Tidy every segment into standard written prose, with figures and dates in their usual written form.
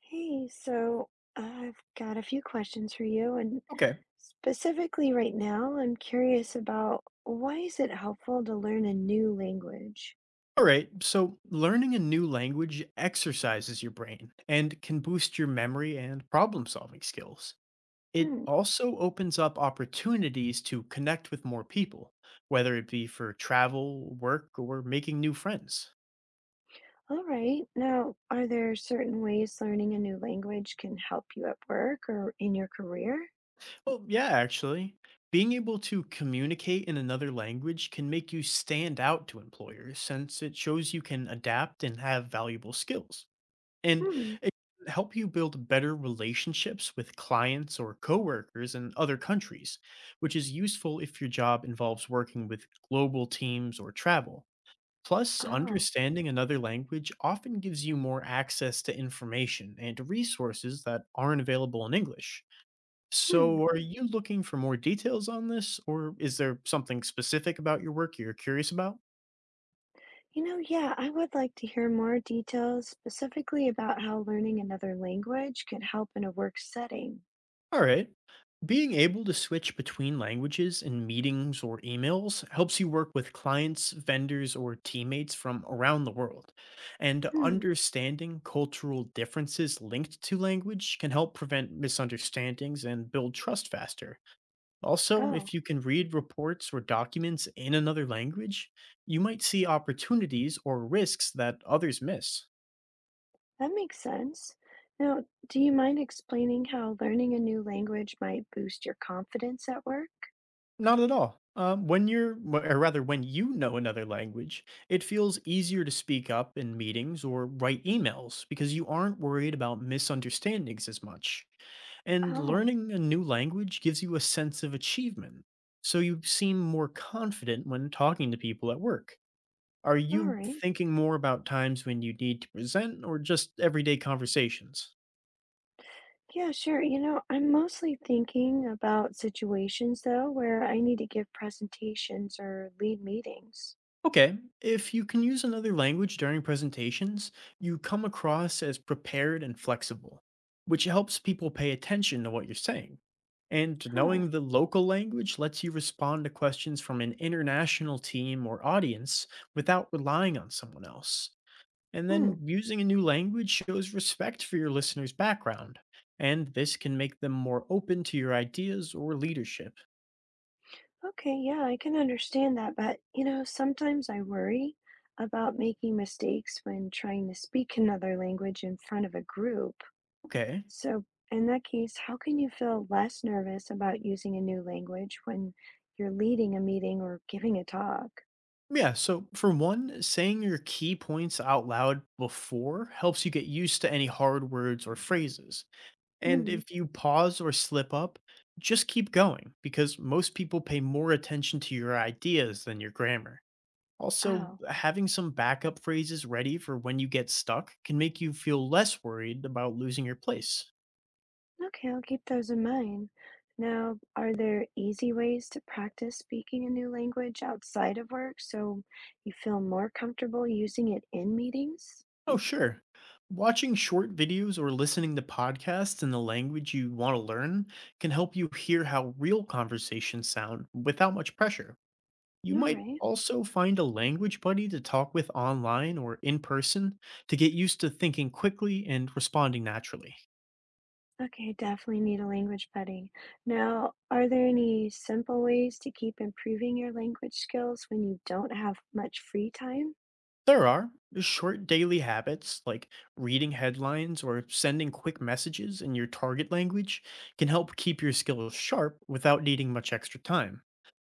Hey, so I've got a few questions for you, and Okay. specifically right now, I'm curious about why is it helpful to learn a new language? All right. So learning a new language exercises your brain and can boost your memory and problem solving skills. It Hmm. also opens up opportunities to connect with more people, whether it be for travel, work, or making new friends. All right. Now, are there certain ways learning a new language can help you at work or in your career? Well, yeah, actually, being able to communicate in another language can make you stand out to employers since it shows you can adapt and have valuable skills. And Hmm. it can help you build better relationships with clients or coworkers in other countries, which is useful if your job involves working with global teams or travel. Plus, Oh. understanding another language often gives you more access to information and resources that aren't available in English. Hmm. So, are you looking for more details on this, or is there something specific about your work you're curious about? You know, yeah, I would like to hear more details specifically about how learning another language can help in a work setting. All right. Being able to switch between languages in meetings or emails helps you work with clients, vendors, or teammates from around the world. And Hmm. understanding cultural differences linked to language can help prevent misunderstandings and build trust faster. Also, if Oh. you can read reports or documents in another language, you might see opportunities or risks that others miss. That makes sense. Now, do you mind explaining how learning a new language might boost your confidence at work? Not at all. When you're, or rather, when you know another language, it feels easier to speak up in meetings or write emails because you aren't worried about misunderstandings as much. And Oh, learning a new language gives you a sense of achievement. So you seem more confident when talking to people at work. Are all you right. thinking more about times when you need to present or just everyday conversations? Yeah, sure. You know, I'm mostly thinking about situations though where I need to give presentations or lead meetings. Okay, if you can use another language during presentations, you come across as prepared and flexible, which helps people pay attention to what you're saying. And Huh. knowing the local language lets you respond to questions from an international team or audience without relying on someone else. And Hmm. then using a new language shows respect for your listener's background, and this can make them more open to your ideas or leadership. Okay, yeah, I can understand that, but you know, sometimes I worry about making mistakes when trying to speak another language in front of a group. Okay. So, in that case, how can you feel less nervous about using a new language when you're leading a meeting or giving a talk? Yeah, so for one, saying your key points out loud before helps you get used to any hard words or phrases. And Mm, if you pause or slip up, just keep going because most people pay more attention to your ideas than your grammar. Also, oh, having some backup phrases ready for when you get stuck can make you feel less worried about losing your place. okay, I'll keep those in mind. Now, are there easy ways to practice speaking a new language outside of work so you feel more comfortable using it in meetings? Oh, sure. Watching short videos or listening to podcasts in the language you want to learn can help you hear how real conversations sound without much pressure. You All might right. also find a language buddy to talk with online or in person to get used to thinking quickly and responding naturally. Okay, I definitely need a language buddy. Now, are there any simple ways to keep improving your language skills when you don't have much free time? There are short daily habits like reading headlines or sending quick messages in your target language can help keep your skills sharp without needing much extra time.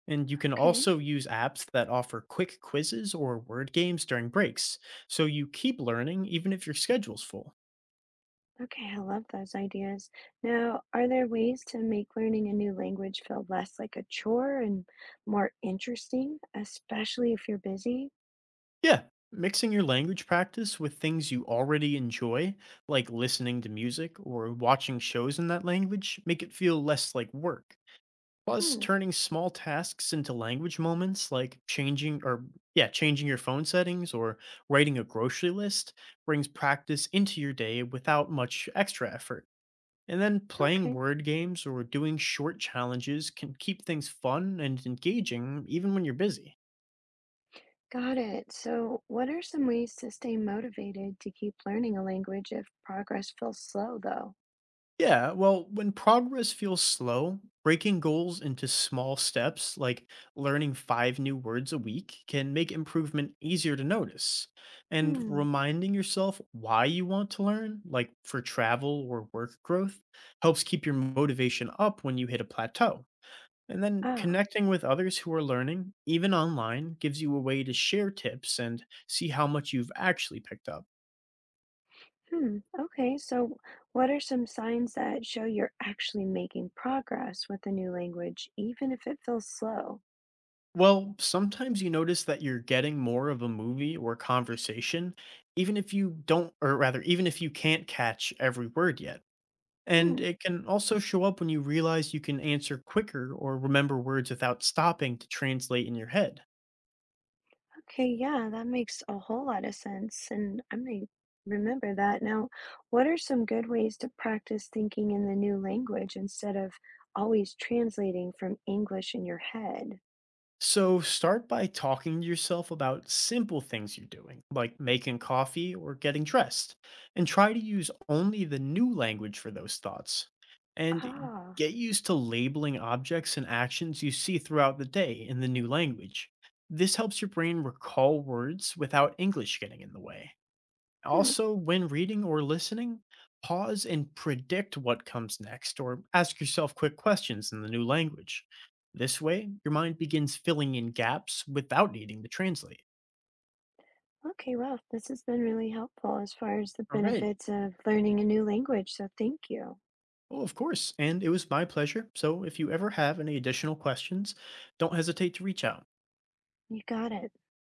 And you can Okay. also use apps that offer quick quizzes or word games during breaks, so you keep learning even if your schedule's full. Okay, I love those ideas. Now, are there ways to make learning a new language feel less like a chore and more interesting, especially if you're busy? Yeah, mixing your language practice with things you already enjoy, like listening to music or watching shows in that language, make it feel less like work. Plus, Hmm, turning small tasks into language moments like changing or, yeah, changing your phone settings or writing a grocery list brings practice into your day without much extra effort. And then playing okay, word games or doing short challenges can keep things fun and engaging even when you're busy. got it. So, what are some ways to stay motivated to keep learning a language if progress feels slow, though? Yeah, well, when progress feels slow, breaking goals into small steps, like learning five new words a week, can make improvement easier to notice. And Hmm, reminding yourself why you want to learn, like for travel or work growth, helps keep your motivation up when you hit a plateau. And then ah, connecting with others who are learning, even online, gives you a way to share tips and see how much you've actually picked up. hmm, okay. So, what are some signs that show you're actually making progress with a new language, even if it feels slow? Well, sometimes you notice that you're getting more of a movie or conversation, even if you don't, or rather, even if you can't catch every word yet. And Hmm. it can also show up when you realize you can answer quicker or remember words without stopping to translate in your head. Okay, yeah, that makes a whole lot of sense, and I'm gonna remember that. Now, what are some good ways to practice thinking in the new language instead of always translating from English in your head? So start by talking to yourself about simple things you're doing, like making coffee or getting dressed, and try to use only the new language for those thoughts. And Ah, get used to labeling objects and actions you see throughout the day in the new language. This helps your brain recall words without English getting in the way. hmm. Also, when reading or listening, pause and predict what comes next, or ask yourself quick questions in the new language. This way, your mind begins filling in gaps without needing to translate. Okay, well, this has been really helpful as far as the All right. benefits of learning a new language, so thank you. Oh, of course. And it was my pleasure. So if you ever have any additional questions, don't hesitate to reach out. You got it.